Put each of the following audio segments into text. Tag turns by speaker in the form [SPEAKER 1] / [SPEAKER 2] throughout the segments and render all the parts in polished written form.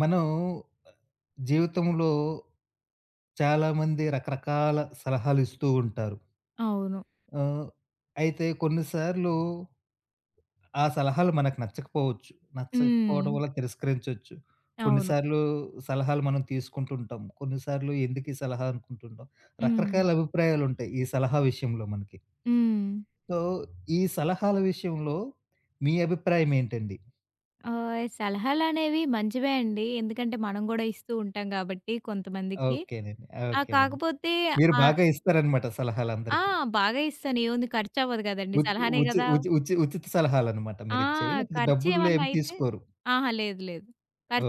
[SPEAKER 1] మనం జీవితంలో చాలామంది రకరకాల సలహాలు ఇస్తూ ఉంటారు.
[SPEAKER 2] అవును.
[SPEAKER 1] ఆహ్, అయితే కొన్నిసార్లు ఆ సలహాలు మనకు నచ్చకపోవచ్చు.
[SPEAKER 2] హ్మ్.
[SPEAKER 1] నచ్చకపోవడం వల్ల తిరస్కరించొచ్చు.
[SPEAKER 2] అవును.
[SPEAKER 1] కొన్నిసార్లు సలహాలు మనం తీసుకుంటుంటాం. కొన్నిసార్లు ఎందుకు ఈ సలహా అనుకుంటుంటాం.
[SPEAKER 2] హ్మ్.
[SPEAKER 1] రకరకాల అభిప్రాయాలుంటాయి ఈ సలహా విషయంలో మనకి.
[SPEAKER 2] హ్మ్.
[SPEAKER 1] సో, ఈ సలహాల విషయంలో మీ అభిప్రాయం ఏంటండి?
[SPEAKER 2] సలహాలనేవి మంచివే అండి. ఎందుకంటే మనం గూడా ఇస్తూ ఉంటాం గాబట్టి కొంతమందికి.
[SPEAKER 1] ఓకేనండి.
[SPEAKER 2] ఆ!
[SPEAKER 1] ఓకేనండి.
[SPEAKER 2] కాకపోతే
[SPEAKER 1] మీరు
[SPEAKER 2] ఆహ్,
[SPEAKER 1] బాగా ఇస్తారనమాట
[SPEAKER 2] ఆ!
[SPEAKER 1] సలహాలందరికి.
[SPEAKER 2] బాగా ఇస్తాను. ఏముంది ఖర్చవ్వదు గదండీ!
[SPEAKER 1] ఉచి
[SPEAKER 2] సలహానే
[SPEAKER 1] ఉచి
[SPEAKER 2] గదా!
[SPEAKER 1] ఉచి ఉచి ఉచిత సలహాలనమాట
[SPEAKER 2] ఆ!
[SPEAKER 1] మీరిచ్చేయి. లేకపోతే డబ్బులు
[SPEAKER 2] ఖర్చేమన్నా
[SPEAKER 1] ఏమి
[SPEAKER 2] అయితే
[SPEAKER 1] తీసుకోరు.
[SPEAKER 2] అహా! లేదు. లేదు.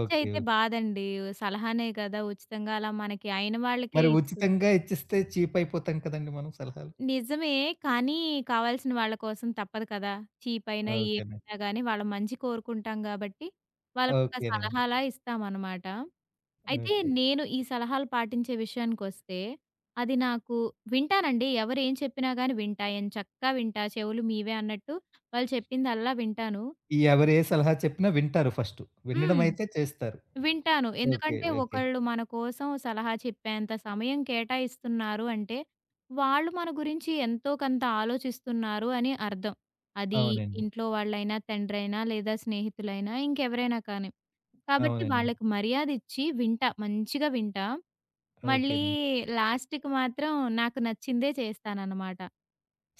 [SPEAKER 1] ఓకే. ఓకే.
[SPEAKER 2] బాధండి. సలహానే గదా! ఉచితంగా అలా మనకి అయిన వాళ్ళకే
[SPEAKER 1] మరి
[SPEAKER 2] ఇస్తూ
[SPEAKER 1] ఉచితంగా ఇచ్చిస్తే చీప్ అయిపోతాం కదండీ మనం సలహాలు.
[SPEAKER 2] నిజమే. కానీ కావాల్సిన వాళ్ళ కోసం తప్పదు కదా! చీప్ అయినా
[SPEAKER 1] ఓకేనండి.
[SPEAKER 2] ఏమైనా గాని వాళ్ళ మంచి కోరుకుంటాం గాబట్టి, వాళ్ళకొక
[SPEAKER 1] ఓకేనండి.
[SPEAKER 2] సలహాలా ఇస్తామనమాట. అయితే
[SPEAKER 1] ఓకే.
[SPEAKER 2] నేను ఈ సలహాలు పాటించే విషయానికొస్తే, అది నాకు వింటానండి. ఎవరేం చెప్పినా గాని వింటా. ఎంచక్కా వింటా. చెవులు మీవే అన్నట్టు వాళ్ళు చెప్పిందల్లా వింటాను.
[SPEAKER 1] ఎవరు ఏ
[SPEAKER 2] అది
[SPEAKER 1] సలహా చెప్పినా వింటారు ఫస్టు.
[SPEAKER 2] హ్మ్.
[SPEAKER 1] వినడమయితే చేస్తారు.
[SPEAKER 2] వింటాను.
[SPEAKER 1] ఓకే.
[SPEAKER 2] ఎందుకంటే
[SPEAKER 1] ఓకే.
[SPEAKER 2] ఒకళ్ళు మన కోసం సలహా చెప్పేంత సమయం కేటాయిస్తున్నారు అంటే, వాళ్ళు మన గురించి ఎంతో కొంత ఆలోచిస్తున్నారు అని అర్థం. అది హ్మ్.
[SPEAKER 1] అవునండి.
[SPEAKER 2] ఇంట్లో వాళ్ళైనా, తండ్రైనా లేదా స్నేహితులైనా ఇంకెవరైనా కానీ. కాబట్టి
[SPEAKER 1] అవునండి.
[SPEAKER 2] వాళ్ళకి మర్యాదిచ్చి వింటా. మంచిగా వింటా. మళ్ళీ
[SPEAKER 1] ఓకేనండి.
[SPEAKER 2] లాస్ట్‌కి మాత్రం నాకు నచ్చిందే చేస్తాననమాట.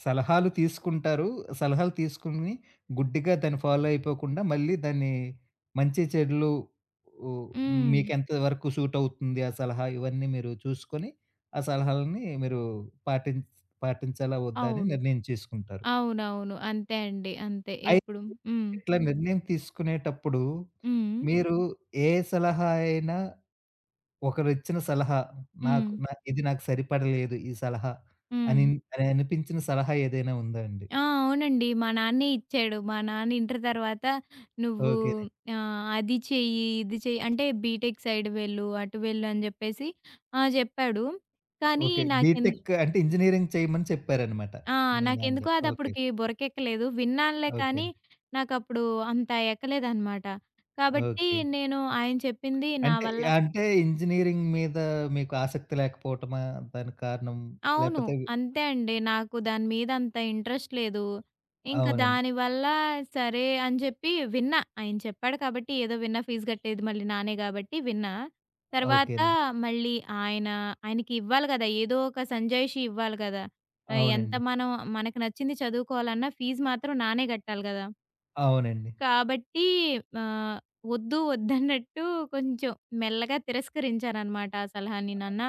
[SPEAKER 1] సలహాలు తీసుకుంటారు. సలహాలు తీసుకొని గుడ్డిగా దాన్ని ఫాలో అయిపోకుండా మళ్ళీ దాన్ని మంచి చెడులు ఉ
[SPEAKER 2] హ్మ్.
[SPEAKER 1] మీకెంత వరకు సూట్ అవుతుంది ఆ సలహా ఇవన్నీ మీరు చూసుకొని, ఆ సలహాలని మీరు పాటిం పాటించాలా వద్దా అని
[SPEAKER 2] అవును.
[SPEAKER 1] నిర్ణయం చేసుకుంటారు.
[SPEAKER 2] అవునవును. అంతే అండి. అంతే.
[SPEAKER 1] అయితే
[SPEAKER 2] ఇప్పుడు హ్మ్.
[SPEAKER 1] ఇట్లా నిర్ణయం తీసుకునేటప్పుడు
[SPEAKER 2] హ్మ్.
[SPEAKER 1] మీరు ఏ సలహా అయినా ఒకరిచ్చిన సలహా
[SPEAKER 2] హ్మ్.
[SPEAKER 1] నాకు నా ఇది నాకు సరిపడలేదు ఈ సలహా
[SPEAKER 2] హ్మ్.
[SPEAKER 1] అని అని అనిపించిన సలహా ఏదైనా ఉందా అండి?
[SPEAKER 2] ఆ! అవునండి. మా నాన్నే ఇచ్చాడు. మా నాన్న ఇంటర్ తర్వాత నువ్వు
[SPEAKER 1] ఓకే.
[SPEAKER 2] అది చెయ్యి, ఇది చెయ్యి అంటే బీటెక్ సైడ్ వెళ్ళు, అటు వెళ్ళు అని జెప్పేసి జెప్పాడు. కానీ
[SPEAKER 1] ఓకే.
[SPEAKER 2] నాకెన్
[SPEAKER 1] బీటెక్ అంటే ఇంజినీరింగ్ చేయమని చెప్పారనమాట
[SPEAKER 2] ఆ!
[SPEAKER 1] మీ
[SPEAKER 2] నాకెందుకో
[SPEAKER 1] నాన్నగారు.
[SPEAKER 2] అది
[SPEAKER 1] ఓకే.
[SPEAKER 2] అప్పటికి బుర్రకెక్కలేదు. విన్నానులే
[SPEAKER 1] ఓకే.
[SPEAKER 2] కానీ నాకప్పుడు అంత ఎక్కలేదనమాట. కాబట్టి
[SPEAKER 1] ఓకే.
[SPEAKER 2] నేను ఆయన చెప్పింది నా
[SPEAKER 1] అంటే
[SPEAKER 2] వల్ల
[SPEAKER 1] అంటే ఇంజినీరింగ్ మీద మీకు ఆసక్తి లేకపోవటమా దానికి కారణం?
[SPEAKER 2] అవును.
[SPEAKER 1] లేపోతే
[SPEAKER 2] అంతే అండి. నాకు దాని మీద అంత ఇంట్రెస్ట్ లేదు. ఇంక
[SPEAKER 1] అవునండి.
[SPEAKER 2] దానివల్ల సరే అని చెప్పి విన్నా. ఆయన చెప్పాడు కాబట్టి ఏదో విన్నా ఫీజు కట్టేది మళ్ళీ నానే గాబట్టి విన్నా. తర్వాత
[SPEAKER 1] ఓకేనండి.
[SPEAKER 2] మళ్ళీ ఆయన ఆయనకివ్వాలి గదా! ఏదో ఒక సంజాయిషీ ఇవ్వాలి గదా! ఎంత
[SPEAKER 1] అవునండి.
[SPEAKER 2] మనం మనకు నచ్చింది చదువుకోవాలన్నా ఫీజు మాత్రం నానే గట్టాలి గదా!
[SPEAKER 1] అవునండి.
[SPEAKER 2] కాబట్టి ఆహ్, వద్దు వద్దన్నట్టు కొంచెం మెల్లగా తిరస్కరించాననమాట ఆ సలహాని. నాన్న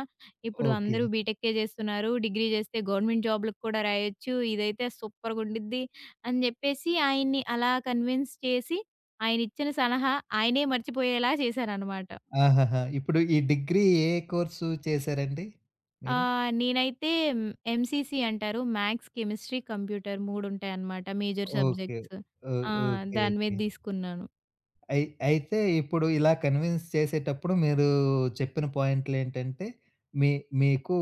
[SPEAKER 2] ఇప్పుడు
[SPEAKER 1] ఓకే.
[SPEAKER 2] అందరూ బీటెక్కే జేస్తున్నారు. డిగ్రీ జేస్తే గవర్నమెంట్ జాబ్‌లకి కూడా రాయొచ్చు. ఇదైతే సూపర్‌గుండిద్ది అని జెప్పేసి ఆయన్ని అలా కన్విన్స్ చేసి ఆయనిచ్చిన సలహా ఆయనే మర్చిపోయేలా చేశాననమాట.
[SPEAKER 1] ఆహాహా! ఇప్పుడు ఈ డిగ్రీ ఏ కోర్సు చేశారండి మీరు?
[SPEAKER 2] నేనైతే హ్మ్, ఎంసీసీ అంటారు. మ్యాథ్స్, కెమిస్ట్రీ, కంప్యూటర్ మూడుంటాయనమాట మేజర్
[SPEAKER 1] ఓకే.
[SPEAKER 2] సబ్జెక్ట్స్.
[SPEAKER 1] ఓ
[SPEAKER 2] ఆ!
[SPEAKER 1] ఓకే.
[SPEAKER 2] దాని మీద
[SPEAKER 1] ఓకే.
[SPEAKER 2] తీసుకున్నాను.
[SPEAKER 1] అయితే ఇప్పుడు ఇలా కన్విన్స్ చేసేటప్పుడు మీరు చెప్పిన పాయింట్‌లేంటంటే, మీ మీకు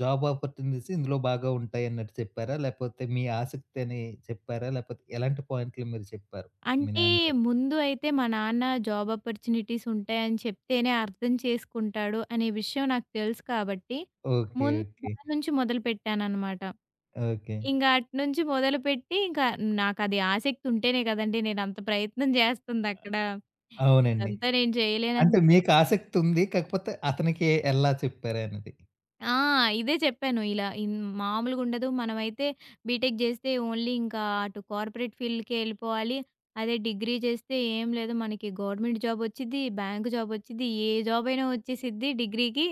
[SPEAKER 1] జాబ్ ఆపర్చునిటీస్ ఇందులో బాగా ఉంటాయన్నట్టు చెప్పారా? లేపోతే మీ ఆసక్తని చెప్పారా? లేపోతే ఎలాంటి పాయింట్లు మీరు చెప్పారు మీ
[SPEAKER 2] అంటే
[SPEAKER 1] నాన్నగారు?
[SPEAKER 2] ముందు అయితే మా నాన్న జాబ్ ఆపర్చునిటీస్ ఉంటాయని చెప్తేనే అర్థం చేసుకుంటాడు అనే విషయం నాకు తెలుసు కాబట్టి,
[SPEAKER 1] ఓకే.
[SPEAKER 2] ముందు
[SPEAKER 1] ఓకే.
[SPEAKER 2] దాని నుంచి మొదలుపెట్టాననమాట.
[SPEAKER 1] ఓకే.
[SPEAKER 2] ఇంక అటునుంచి మొదలుపెట్టి ఇంకా నాకది ఆసక్తి ఉంటేనే కదండీ నేనంత ప్రయత్నం జేస్తుందక్కడ.
[SPEAKER 1] అవునండి.
[SPEAKER 2] ఇదంతా నేను చేయలేనని
[SPEAKER 1] అంటే మీకు ఆసక్తుంది. కాకపోతే అతనికి ఎలా చెప్పారనేది.
[SPEAKER 2] ఆ! ఇదే చెప్పాను. ఇలా ఇన్ మామూలుగుండదు. మనమైతే బీటెక్ చేస్తే ఓన్లీ ఇంకా అటు కార్పొరేట్ ఫీల్డ్‌కే ఎళ్ళిపోవాలి. అదే డిగ్రీ చేస్తే ఏం లేదు మనకి గవర్నమెంట్ జాబ్ వచ్చిద్ది, బ్యాంక్ జాబ్ వచ్చిద్ది, ఏ జాబ్ అయినా వచ్చేసిద్ది డిగ్రీకి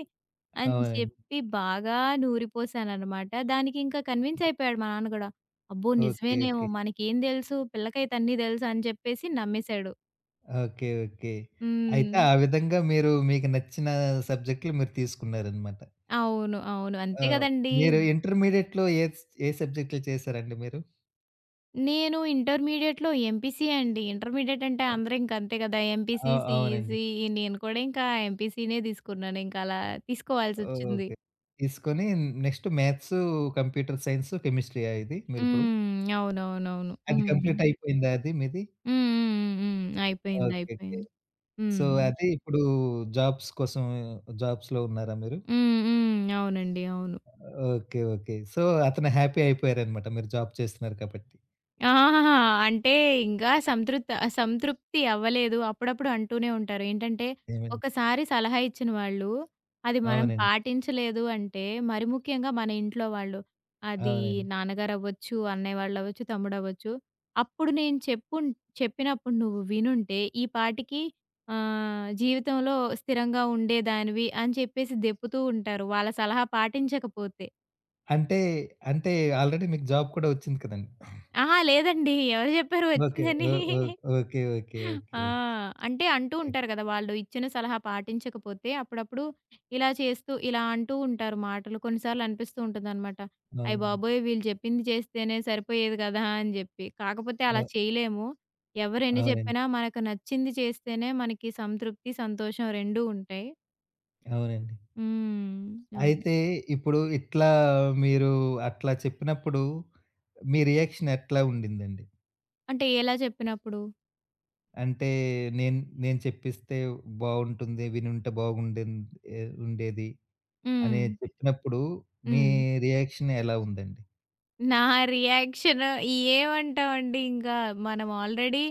[SPEAKER 2] అని
[SPEAKER 1] అవునండి.
[SPEAKER 2] చెప్పి బాగా నూరిపోసాననమాట. దానికి ఇంకా కన్విన్స్ అయిపోయాడు మా నాన్న కూడా. అబ్బో!
[SPEAKER 1] ఓకే.
[SPEAKER 2] నిజమేనేమో
[SPEAKER 1] ఓకే.
[SPEAKER 2] మనకేం తెలుసు పిల్లకైతే అన్నీ తెలుసు అని చెప్పేసి నమ్మేసాడు.
[SPEAKER 1] ఓకే. ఓకే. అయితే
[SPEAKER 2] హ్మ్.
[SPEAKER 1] ఆ విధంగా మీరు మీకు నచ్చిన సబ్జెక్ట్‌లు మీరు తీసుకున్నారనమాట.
[SPEAKER 2] అవును. అవును. అంతే
[SPEAKER 1] ఆ!
[SPEAKER 2] కదండీ!
[SPEAKER 1] మీరు ఇంటర్మీడియేట్‌లో ఏ సబ్జెక్ట్‌లు చేశారండి మీరు?
[SPEAKER 2] నేను ఇంటర్మీడియేట్‌లో ఎంపీసీ అండి. ఇంటర్మీడియేట్ అంటే అందరూ ఇంక అంతే కదా!
[SPEAKER 1] అ
[SPEAKER 2] ఎంపీసీ,
[SPEAKER 1] అవునండి.
[SPEAKER 2] సీఈసీ నేను కూడా ఇంకా ఎంపీసీనే తీసుకున్నాను. ఇంకా అలా తీసుకోవాల్సొచ్చింది.
[SPEAKER 1] ఓకే. తీసుకొని నెక్స్ట్ మ్యాథ్స్, కంప్యూటర్ సైన్స్, కెమిస్ట్రీయా ఇది మీరిప్పుడు?
[SPEAKER 2] హ్మ్. అవునవునవును.
[SPEAKER 1] అది
[SPEAKER 2] హ్మ్. హ్మ్.
[SPEAKER 1] కంప్లీట్ అయిపోయిందా అది మీది?
[SPEAKER 2] హ్మ్. హ్మ్. హ్మ్. అయిపోయింది.
[SPEAKER 1] ఓకే. ఓకే.
[SPEAKER 2] అయిపోయింది.
[SPEAKER 1] సో,
[SPEAKER 2] హ్మ్.
[SPEAKER 1] అది ఇప్పుడు జాబ్స్ కోసం జాబ్స్‌లో ఉన్నారా మీరు?
[SPEAKER 2] హ్మ్. హ్మ్. అవునండి. అవును.
[SPEAKER 1] ఓకే. ఓకే. సో, అతను హ్యాపీ అయిపోయారనమాట మీరు జాబ్ చేస్తున్నారు కాబట్టి.
[SPEAKER 2] ఆహాహా! అంటే ఇంకా సంతృప్త సంతృప్తి అవ్వలేదు. అప్పుడప్పుడు అంటూనే ఉంటారు. ఏంటంటే,
[SPEAKER 1] ఏమంటే
[SPEAKER 2] ఒకసారి సలహా ఇచ్చిన వాళ్ళు, అది మనం
[SPEAKER 1] అవునండి.
[SPEAKER 2] పాటించలేదు అంటే, మరి ముఖ్యంగా మన ఇంట్లో వాళ్ళు, అది
[SPEAKER 1] అవునండి.
[SPEAKER 2] నాన్నగారవ్వచ్చు, అన్నయ్య వాళ్ళవ్వచ్చు, తమ్ముడవ్వచ్చు. అప్పుడు నేను చెప్పున్ చెప్పినప్పుడు నువ్వు వినుంటే, ఈ పాటికి జీవితంలో స్థిరంగా ఉండేదానివి అని చెప్పేసి దెప్పుతూ ఉంటారు. వాళ్ళ సలహా పాటించకపోతే.
[SPEAKER 1] అంటే, అంటే ఆల్రెడీ మీకు జాబ్ కూడా వచ్చింది కదండీ!
[SPEAKER 2] అహా! లేదండి. ఎవరు చెప్పారు
[SPEAKER 1] ఓకే.
[SPEAKER 2] వచ్చిందని?
[SPEAKER 1] ఓ ఓ ఓకే. ఓకే.
[SPEAKER 2] ఆ!
[SPEAKER 1] ఓకే.
[SPEAKER 2] అంటే అంటూ
[SPEAKER 1] ఓకే.
[SPEAKER 2] ఉంటారు గదా! వాళ్ళు ఇచ్చిన సలహా పాటించకపోతే అప్పుడప్పుడు ఇలా చేస్తూ, ఇలా అంటూ ఉంటారు మాటలు. కొన్నిసార్లు అనిపిస్తూ ఉంటుందనమాట. అయ్య
[SPEAKER 1] అవునండి.
[SPEAKER 2] బాబోయ్! వీళ్ళు చెప్పింది చేస్తేనే సరిపోయేది గదా! అని జెప్పి. కాకపోతే అలా
[SPEAKER 1] అవ్
[SPEAKER 2] చేయలేము. ఎవరెన్ని
[SPEAKER 1] అవునండి.
[SPEAKER 2] చెప్పినా మనకు నచ్చింది చేస్తేనే మనకి సంతృప్తి, సంతోషం రెండూ ఉంటాయి.
[SPEAKER 1] అవునండి.
[SPEAKER 2] హ్మ్. అవును.
[SPEAKER 1] అయితే ఇప్పుడు ఇట్లా మీరు అట్లా చెప్పినప్పుడు మీ రియాక్షన్ ఎట్లా ఉండిందండి?
[SPEAKER 2] అంటే ఎలా చెప్పినప్పుడు?
[SPEAKER 1] అంటే నేను నేను చెప్పిస్తే బావుంటుంది, వినుంటే బాగుండేన్ ఎ ఉండేది
[SPEAKER 2] హ్మ్.
[SPEAKER 1] అని చెప్పినప్పుడు మీ
[SPEAKER 2] హ్మ్.
[SPEAKER 1] రియాక్షన్ ఎలా ఉందండి?
[SPEAKER 2] నా రియాక్షన్ ఏమంటామండి ఇంకా. మనం ఆల్రెడీ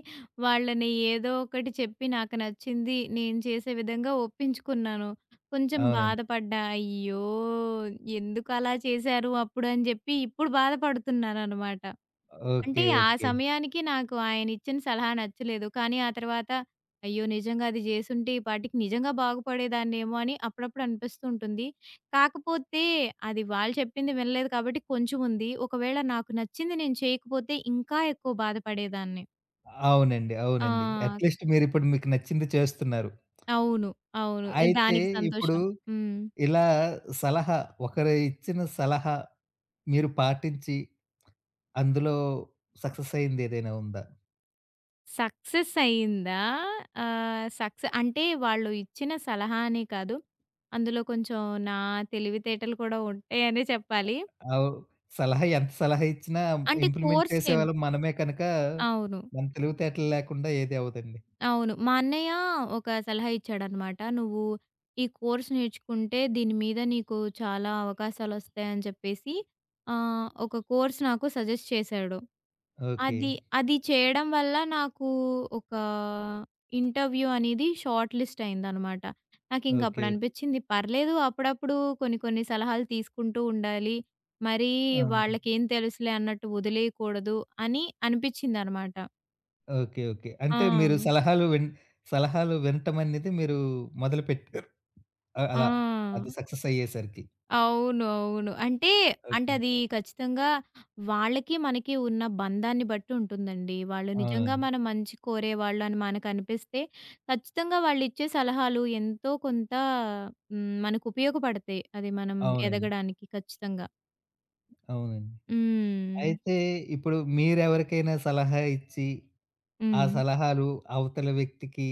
[SPEAKER 2] వాళ్ళని ఏదో ఒకటి చెప్పి నాకు నచ్చింది, నేను చేసే విధంగా ఒప్పించుకున్నాను. కొంచెం
[SPEAKER 1] అవునండి.
[SPEAKER 2] బాధపడ్డా. అయ్యో! ఎందుకలా చేశారు అప్పుడు అని చెప్పి ఇప్పుడు బాధపడుతున్నాననమాట. అంటే
[SPEAKER 1] ఓకే.
[SPEAKER 2] ఆ
[SPEAKER 1] ఓకే.
[SPEAKER 2] సమయానికి నాకు ఆయనిచ్చిన సలహా నచ్చలేదు. కానీ ఆ తర్వాత అయ్యో! నిజంగా అది జేసుంటే ఈ పాటికి నిజంగా బాగుపడేదాన్నేమో అని అప్పుడప్పుడు అనిపిస్తూ ఉంటుంది. కాకపోతే అది వాళ్ళు చెప్పింది వినలేదు కాబట్టి కొంచెం ఉంది. ఒకవేళ నాకు నచ్చింది నేను చేయకపోతే ఇంకా ఎక్కువ బాధపడేదాన్ని.
[SPEAKER 1] అవునండి. అవునండి.
[SPEAKER 2] ఆ!
[SPEAKER 1] అట్‌లీస్ట్ మీరిప్పుడు మీకు నచ్చింది చేస్తున్నారు.
[SPEAKER 2] అవును. అవును.
[SPEAKER 1] అయితే
[SPEAKER 2] దానికి
[SPEAKER 1] ఇప్పుడు
[SPEAKER 2] సంతోషం. హ్మ్.
[SPEAKER 1] ఇలా సలహా ఒకరు ఇచ్చిన సలహా మీరు పాటించి అందులో సక్సెస్ అయింది ఏదైనా ఉందా?
[SPEAKER 2] సక్సెస్ అయిందా? సక్సె అంటే వాళ్ళు ఇచ్చిన సలహా అనే కాదు. అందులో కొంచెం నా తెలివితేటలు కూడా ఉంటాయనే చెప్పాలి.
[SPEAKER 1] ఆవ్ సలహా ఎంత సలహా ఇచ్చినా
[SPEAKER 2] అంటే
[SPEAKER 1] ఇంప్లిమెంట్
[SPEAKER 2] కోర్స్ ఏం
[SPEAKER 1] చేసేవాళ్ళం మనమే కనుక,
[SPEAKER 2] అవును.
[SPEAKER 1] మన తెలివితేటలు లేకుండా ఏది అవ్వదండి.
[SPEAKER 2] అవును. మా అన్నయ్య ఒక సలహా ఇచ్చాడనమాట. "నువ్వు ఈ కోర్స్ నేర్చుకుంటే దీని మీద నీకు చాలా అవకాశాలొస్తాయి" అని చెప్పేసి ఒక కోర్స్ నాకు సజెస్ట్ చేశాడు.
[SPEAKER 1] ఓకే.
[SPEAKER 2] అది, అది చేయడం వల్ల నాకు ఒక ఇంటర్వ్యూ అనేది షార్ట్ లిస్ట్ అయిందనమాట.
[SPEAKER 1] ఓకే.
[SPEAKER 2] నాకింక అప్పుడు
[SPEAKER 1] ఓకే.
[SPEAKER 2] అనిపిచ్చింది పర్లేదు అప్పుడప్పుడు కొన్ని కొన్ని సలహాలు తీసుకుంటూ ఉండాలి. మరీ
[SPEAKER 1] అవునండి.
[SPEAKER 2] వాళ్ళకేం తెలుసులే అన్నట్టు వదిలేయకూడదు అని అనిపిచ్చిందనమాట.
[SPEAKER 1] ఓకే. ఓకే.
[SPEAKER 2] ఆ!
[SPEAKER 1] అంటే మీరు సలహాలు వినటం అనేది మీరు మొదలుపెట్టారు. అ
[SPEAKER 2] ఆ!
[SPEAKER 1] అలా అది సక్సెస్ అయ్యేసరికి.
[SPEAKER 2] అవును. అవును. అంటే
[SPEAKER 1] ఓకే.
[SPEAKER 2] అది ఖచ్చితంగా వాళ్ళకి, మనకి ఉన్న బంధాన్ని బట్టి ఉంటుందండి. వాళ్ళు
[SPEAKER 1] ఆ!
[SPEAKER 2] నిజంగా మన మంచి కోరేవాళ్ళు అని మనకనిపిస్తే, ఖచ్చితంగా వాళ్ళిచ్చే సలహాలు ఎంతో కొంత హ్మ్, మనకు ఉపయోగపడతాయి. అది మనం
[SPEAKER 1] అవునండి.
[SPEAKER 2] ఎదగడానికి ఖచ్చితంగా.
[SPEAKER 1] అవునండి.
[SPEAKER 2] హ్మ్.
[SPEAKER 1] అయితే ఇప్పుడు మీరెవరికైనా సలహా ఇచ్చి ఆ
[SPEAKER 2] హ్మ్.
[SPEAKER 1] సలహాలు అవతల వ్యక్తికి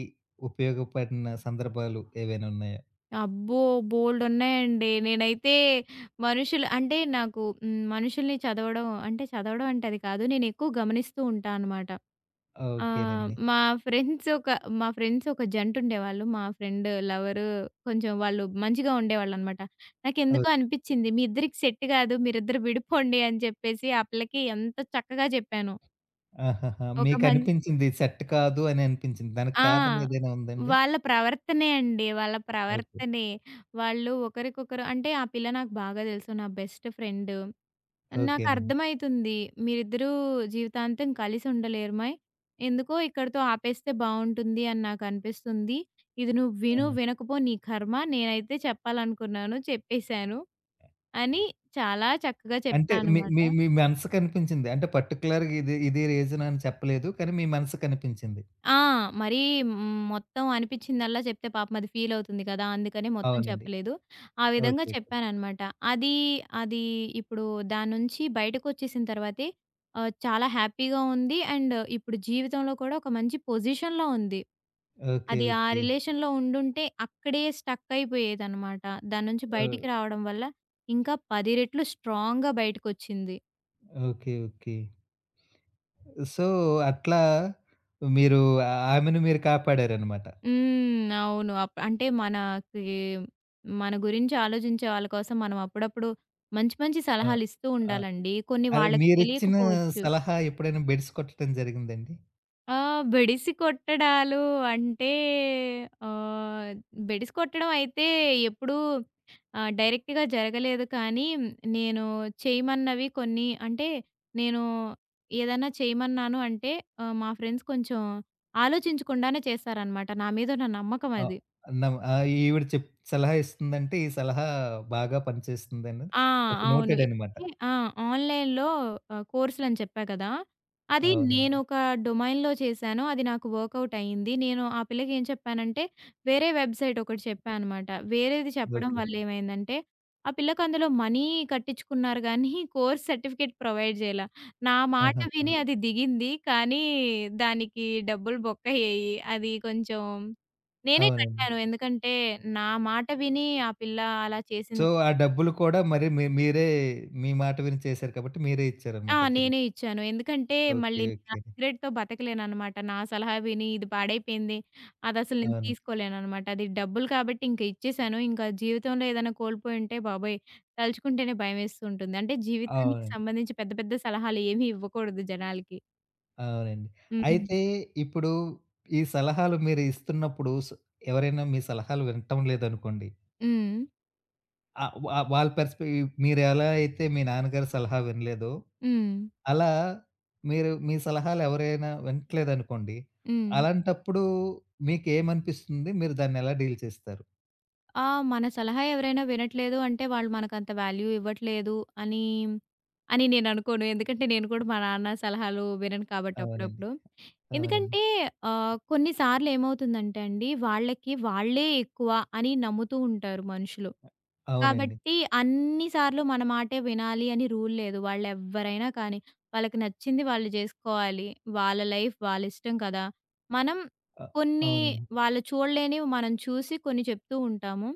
[SPEAKER 1] ఉపయోగపడిన సందర్భాలు ఏవైనా ఉన్నాయా?
[SPEAKER 2] అబ్బో! బోలెడున్నాయండి. నేనైతే మనుషులు అంటే నాకు హ్మ్, మనుషుల్ని చదవడం అంటే చదవడం అంటే అది కాదు. నేనెక్కువ గమనిస్తూ ఉంటా అనమాట. ఆ!
[SPEAKER 1] ఓకేనండి.
[SPEAKER 2] మా ఫ్రెండ్స్ ఒక మా ఫ్రెండ్స్ ఒక జంటుండేవాళ్ళు. మా ఫ్రెండ్ లవరు కొంచెం వాళ్ళు మంచిగా ఉండేవాళ్ళనమాట.
[SPEAKER 1] ఓహ్!
[SPEAKER 2] నాకెందుకో అనిపిచ్చింది మీ ఇద్దరికి సెట్ కాదు. మీరిద్దరు విడిపోండి అని చెప్పేసి ఆ పిల్లకి ఎంత చక్కగా చెప్పాను.
[SPEAKER 1] ఆహాహా!
[SPEAKER 2] ఒక మం
[SPEAKER 1] మీకనిపించింది సెట్ కాదు అని అనిపించింది. దానికి కారణం
[SPEAKER 2] ఆ!
[SPEAKER 1] ఏదైనా ఉందండి?
[SPEAKER 2] వాళ్ళ ప్రవర్తనే అండి. వాళ్ళ
[SPEAKER 1] ఓకే.
[SPEAKER 2] ప్రవర్తనే. వాళ్ళు ఒకరికొకరు అంటే ఆ పిల్ల నాకు బాగా తెలుసు. నా బెస్ట్ ఫ్రెండ్.
[SPEAKER 1] ఓకేనండి.
[SPEAKER 2] నాకర్థమైతుంది. మీరిద్దరూ జీవితాంతం కలిసి ఉండలేరుమై. ఎందుకో ఇక్కడితో ఆపేస్తే బావుంటుంది అని నాకనిపిస్తుంది. ఇది నువ్వు
[SPEAKER 1] ఆ!
[SPEAKER 2] విను, వినకపో నీ కర్మ. నేనైతే చెప్పాలనుకున్నాను చెప్పేశాను. అని చాలా చక్కగా చెప్పా
[SPEAKER 1] అంటే మీ
[SPEAKER 2] అనమాట.
[SPEAKER 1] మీ మీ మనసుకనిపించింది. అంటే పర్టిక్యులర్‌గా ఇది ఇది రీజన్ అని చెప్పలేదు. కానీ మీ మనసుకనిపించింది.
[SPEAKER 2] ఆ! మరీ హ్మ్, మొత్తం అనిపిచ్చిందల్లా చెప్తే పాపం అది ఫీలవుతుంది కదా! అందుకని మొత్తం
[SPEAKER 1] అవునండి.
[SPEAKER 2] చెప్పలేదు. ఆ విధంగా
[SPEAKER 1] ఓకే.
[SPEAKER 2] చెప్పాననమాట. అది, అది ఇప్పుడు దాని నుంచి బయటకొచ్చేసిన తర్వాతే చాలా హ్యాపీగా ఉంది. అండ్ ఇప్పుడు జీవితంలో కూడా ఒక మంచి పొజిషన్‌లో ఉంది.
[SPEAKER 1] ఓకే.
[SPEAKER 2] అది
[SPEAKER 1] ఓకే.
[SPEAKER 2] ఆ
[SPEAKER 1] ఓకే.
[SPEAKER 2] రిలేషన్‌లో ఉండుంటే అక్కడే స్టక్ అయిపోయేదనమాట. దాని నుంచి
[SPEAKER 1] ఓహ్!
[SPEAKER 2] బయటికి రావడం వల్ల ఇంకా 10 రెట్లు స్ట్రాంగ్‌గా బయటకొచ్చింది.
[SPEAKER 1] ఓకే. ఓకే. సో, అట్లా మీరు ఆమెను మీరు కాపాడారనమాట.
[SPEAKER 2] హ్మ్. అవును. అప్ అంటే మనకి మన గురించి ఆలోచించే వాళ్ళ కోసం మనం అప్పుడప్పుడు మంచి మంచి
[SPEAKER 1] ఆ!
[SPEAKER 2] సలహాలిస్తూ
[SPEAKER 1] ఆ!
[SPEAKER 2] ఉండాలండి. కొన్ని
[SPEAKER 1] అదే
[SPEAKER 2] వాళ్ళకి
[SPEAKER 1] మీరిచ్చిన
[SPEAKER 2] తెలియకపోవచ్చు.
[SPEAKER 1] సలహా ఎప్పుడైనా బెడిసి కొట్టడం జరిగిందండి?
[SPEAKER 2] ఆ! బెడిసి కొట్టడాలు అంటే ఆహ్, బెడిసి కొట్టడం అయితే ఎప్పుడూ డైరెక్ట్‌గా జరగలేదు కానీ, నేను చేయమన్నవి కొన్ని అంటే నేను ఏదైనా చేయమన్నాను అంటే మా ఫ్రెండ్స్ కొంచెం ఆలోచించకుండానే చేస్తారనమాట. నా మీద ఉన్న నమ్మకం
[SPEAKER 1] ఆహ్,
[SPEAKER 2] అది.
[SPEAKER 1] ఈవిడ సలహా ఇస్తుందంటే, ఈ సలహా బాగా పనిచేస్తుందన్నది
[SPEAKER 2] ఆ!
[SPEAKER 1] ఒక
[SPEAKER 2] అవును.
[SPEAKER 1] నోటెడ్ అనమాట.
[SPEAKER 2] ఇది ఆ! ఆన్‌లైన్‌లో కోర్సులని చెప్పా కదా! అది
[SPEAKER 1] అవునండి.
[SPEAKER 2] నేనొక డొమైన్‌లో చేశాను. అది నాకు వర్కౌట్ అయింది. నేను ఆ పిల్లకి ఏం చెప్పానంటే, వేరే వెబ్‌సైట్ ఒకటి చెప్పా అనమాట. వేరేది చెప్పడం
[SPEAKER 1] ఓకే.
[SPEAKER 2] వల్ల ఏమైందంటే, ఆ పిల్లకి అందులో మనీ కట్టించుకున్నారు గానీ, కోర్స్ సర్టిఫికేట్ ప్రొవైడ్ చేయలా. నా మాట
[SPEAKER 1] ఆహా! ఆ!
[SPEAKER 2] విని అది దిగింది. కానీ, దానికి డబ్బులు బొక్కయ్యాయి. అది కొంచెం నేనే
[SPEAKER 1] అవునండి.
[SPEAKER 2] కట్టాను. ఎందుకంటే, నా మాట విని ఆ పిల్ల అలా చేసింది
[SPEAKER 1] సో, ఆ డబ్బులు కూడా మరి మీరే మాట విని చేశారు కాబట్టి, మీరే
[SPEAKER 2] ఆ!
[SPEAKER 1] ఇచ్చారనమాట తిరిగి.
[SPEAKER 2] నేనే ఇచ్చాను. ఎందుకంటే మళ్ళీ
[SPEAKER 1] ఓకే.
[SPEAKER 2] నేను ఆ
[SPEAKER 1] ఓకే.
[SPEAKER 2] సిగరెట్‌తో బతకలేననమాట. నా సలహా విని ఇది పాడైపోయింది. అదసలు నేను
[SPEAKER 1] అవునండి.
[SPEAKER 2] తీసుకోలేననమాట. అది డబ్బులు కాబట్టి ఇంక ఇచ్చేసాను. ఇంకా జీవితంలో ఏదైనా కోల్పోయుంటే బాబోయ్! తలుచుకుంటేనే భయమేస్తూ ఉంటుంది. అంటే జీవితానికి
[SPEAKER 1] అవునండి.
[SPEAKER 2] సంబంధించి పెద్ద పెద్ద సలహాలు ఏమి ఇవ్వకూడదు జనాలకి.
[SPEAKER 1] అవునండి.
[SPEAKER 2] హ్మ్.
[SPEAKER 1] అయితే ఇప్పుడు ఈ సలహాలు మీరు ఇస్తున్నప్పుడు స్ ఎవరైనా మీ సలహాలు వినటం లేదనుకోండి.
[SPEAKER 2] హ్మ్.
[SPEAKER 1] ఆ! వా వాళ్ళ పర్స్‌పె మీరెలా అయితే మీ నాన్నగారి సలహా వినలేదో,
[SPEAKER 2] హ్మ్.
[SPEAKER 1] అలా మీరు మీ సలహాలు ఎవరైనా వినట్లేదనుకోండి,
[SPEAKER 2] హ్మ్.
[SPEAKER 1] అలాంటప్పుడు మీకేమనిపిస్తుంది? మీరు దాన్నెలా డీల్ చేస్తారు?
[SPEAKER 2] ఆ! మన సలహా ఎవరైనా వినట్లేదు అంటే వాళ్ళు మనకంత వాల్యూ ఇవ్వట్లేదు అని, అని నేననుకోను. ఎందుకంటే నేను కూడా మా నాన్న సలహాలు వినను కాబట్టి
[SPEAKER 1] అవునండి.
[SPEAKER 2] అప్పుడప్పుడు.
[SPEAKER 1] అవునండి.
[SPEAKER 2] ఎందుకంటే కొన్ని సార్లు ఏమవుతుందంటే అండి, వాళ్ళకి వాళ్ళే ఎక్కువ అని నమ్ముతూ ఉంటారు మనుషులు.
[SPEAKER 1] అవునండి.
[SPEAKER 2] కాబట్టి అన్ని సార్లు మన మాటే వినాలి అని రూల్ లేదు. వాళ్ళెవ్వరైనా కానీ, వాళ్ళకి నచ్చింది వాళ్ళు జేసుకోవాలి. వాళ్ళ లైఫ్ వాళ్ళిష్టం కదా! మనం
[SPEAKER 1] అ
[SPEAKER 2] కొన్ని
[SPEAKER 1] అవునండి.
[SPEAKER 2] వాళ్ళు చూడలేనివి మనం చూసి కొన్ని చెప్తూ ఉంటాము.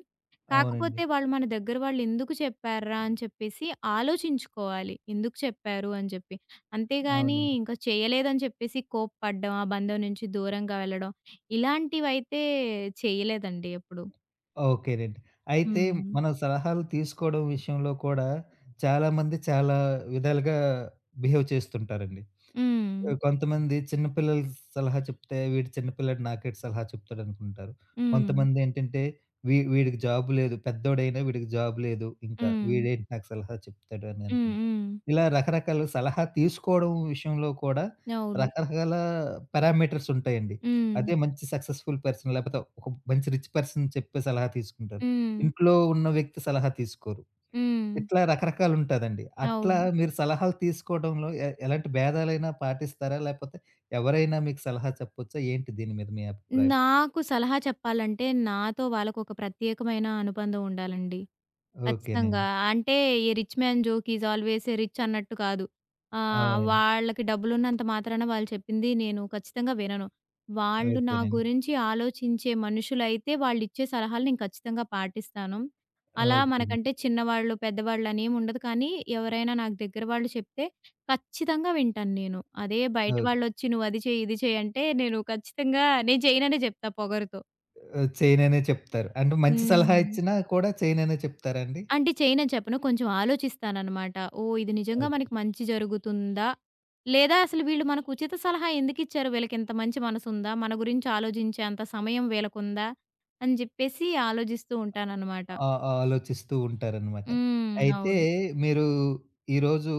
[SPEAKER 2] కాకపోతే
[SPEAKER 1] అవునండి.
[SPEAKER 2] వాళ్ళు మన దగ్గర వాళ్ళు ఎందుకు చెప్పార్రా అని చెప్పేసి ఆలోచించుకోవాలి. ఎందుకు చెప్పారు అని చెప్పి. అంతేగాని
[SPEAKER 1] అవునండి.
[SPEAKER 2] ఇంకా చేయలేదని చెప్పేసి కోప్పడ్డం, ఆ బంధం నుంచి దూరంగా వెళ్ళడం ఇలాంటివైతే చేయలేదండి ఎప్పుడు.
[SPEAKER 1] ఓకేనండి. అయితే
[SPEAKER 2] హ్మ్.
[SPEAKER 1] మనం సలహాలు తీసుకోవడం విషయంలో కూడా చాలామంది చాలా విధాలుగా బిహేవ్ చేస్తుంటారండి.
[SPEAKER 2] హ్మ్.
[SPEAKER 1] కొంతమంది చిన్న పిల్లలు సలహా చెప్తే, వీడు చిన్న పిల్లాడు నాకేటి సలహా చెప్తాడనుకుంటారు.
[SPEAKER 2] హ్మ్.
[SPEAKER 1] కొంతమందేంటంటే, వీడికి జాబ్ లేదు. పెద్దోడైనా వీడికి జాబ్ లేదు. ఇంకా
[SPEAKER 2] హ్మ్.
[SPEAKER 1] వీడేంటి నాకు సలహా చెప్తాడు అని
[SPEAKER 2] హ్మ్.
[SPEAKER 1] అనుకుంటారు.
[SPEAKER 2] హ్మ్.
[SPEAKER 1] ఇలా రకరకాల సలహా తీసుకోవడం విషయంలో కూడా
[SPEAKER 2] అవును.
[SPEAKER 1] రకరకాల పారామీటర్స్ ఉంటాయండి.
[SPEAKER 2] హ్మ్.
[SPEAKER 1] అదే మంచి సక్సెస్‌ఫుల్ పర్సన్ లేకపోతే ఒక మంచి రిచ్ పర్సన్ చెప్పే సలహా తీసుకుంటారు.
[SPEAKER 2] హ్మ్.
[SPEAKER 1] ఇంట్లో ఉన్న వ్యక్తి సలహా తీసుకోరు.
[SPEAKER 2] హ్మ్.
[SPEAKER 1] ఇట్లా రకరకాలుంటాదండి. అట్లా
[SPEAKER 2] అవును.
[SPEAKER 1] మీరు సలహాలు తీసుకోవడంలో ఎలాంటి భేదాలైనా పాటిస్తారా? లేపోతే ఎవరైనా మీకు సలహా చెప్పొచ్చా? ఏంటి దీని మీద మీ అభిప్రాయం?
[SPEAKER 2] నాకు సలహా చెప్పాలంటే నాతో వాళ్ళకొక ప్రత్యేకమైన అనుబంధం ఉండాలండి. ఖచ్చితంగా.
[SPEAKER 1] ఓకేనండి.
[SPEAKER 2] అంటే ఈ rich man joke is always a rich అన్నట్టు కాదు.
[SPEAKER 1] అవునండి.
[SPEAKER 2] వాళ్ళకి డబ్బులున్నంత మాత్రాన వాళ్ళు చెప్పింది నేను ఖచ్చితంగా వినను. వాళ్ళు నా
[SPEAKER 1] ఓకేనండి.
[SPEAKER 2] గురించి ఆలోచించే మనుషులైతే వాళ్ళిచ్చే సలహాలు నేను ఖచ్చితంగా పాటిస్తాను. అలా
[SPEAKER 1] ఓకేనండి.
[SPEAKER 2] మనకంటే చిన్నవాళ్ళు, పెద్దవాళ్ళు అనేముండదు. కానీ ఎవరైనా నాకు దగ్గర వాళ్ళు చెప్తే ఖచ్చితంగా వింటాను నేను. అదే బయట
[SPEAKER 1] ఓకే.
[SPEAKER 2] వాళ్ళొచ్చి నువ్వది చెయి, ఇది చెయి అంటే నేను చేయననే చెప్తా పొగరుతో.
[SPEAKER 1] చేయననే చెప్తారు. అంటే మంచి సలహా
[SPEAKER 2] హ్మ్.
[SPEAKER 1] ఇచ్చినా కూడా చేయననే చెప్తారా అండి?
[SPEAKER 2] అంటే చేయనని చెప్పను. కొంచెం ఆలోచిస్తాననమాట. ఓహ్! ఇది నిజంగా
[SPEAKER 1] ఓకే.
[SPEAKER 2] మనకి మంచి జరుగుతుందా? లేదా అసలు వీళ్ళు మనకు ఉచిత సలహా ఎందుకిచ్చారు? వీళ్ళకింత మంచి మనసుందా? మన గురించి ఆలోచించేంత సమయం వీళ్ళకుందా? అని జెప్పేసి ఆలోజిస్తూ ఉంటాననమాట.
[SPEAKER 1] ఆ ఆ ఆలోచిస్తూ ఉంటారనమాట.
[SPEAKER 2] హ్మ్.
[SPEAKER 1] అయితే
[SPEAKER 2] అవును.
[SPEAKER 1] మీరు ఈరోజు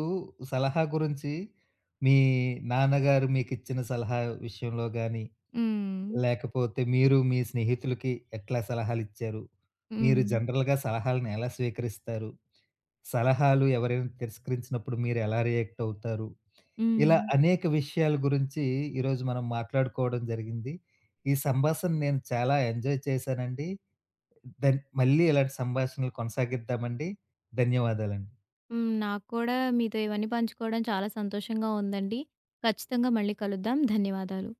[SPEAKER 1] సలహా గురించి మీ నాన్నగారు మీకిచ్చిన సలహా విషయంలో గాని
[SPEAKER 2] హ్మ్.
[SPEAKER 1] లేకపోతే మీరు మీ స్నేహితులకి ఎట్లా సలహాలిచ్చారు? మీరు
[SPEAKER 2] హ్మ్.
[SPEAKER 1] జనరల్‌గా సలహాలను ఎలా స్వీకరిస్తారు? సలహాలు ఎవరైనా తిరస్కరించినప్పుడు మీరెలా రియాక్ట్ అవుతారు? ఇలా
[SPEAKER 2] హ్మ్.
[SPEAKER 1] అనేక విషయాల గురించి ఈరోజు మనం మాట్లాడుకోవడం జరిగింది. ఈ సంభాషణ నేను చాలా ఎంజాయ్ చేశానండి. మళ్ళీ ఇలాంటి సంభాషణలు కొనసాగిద్దామండి. ధన్యవాదాలండి.
[SPEAKER 2] హ్మ్. నాకు కూడా మీతో ఇవన్నీ పంచుకోవడం చాలా సంతోషంగా ఉందండి. ఖచ్చితంగా మళ్ళీ కలుద్దాం. ధన్యవాదాలు.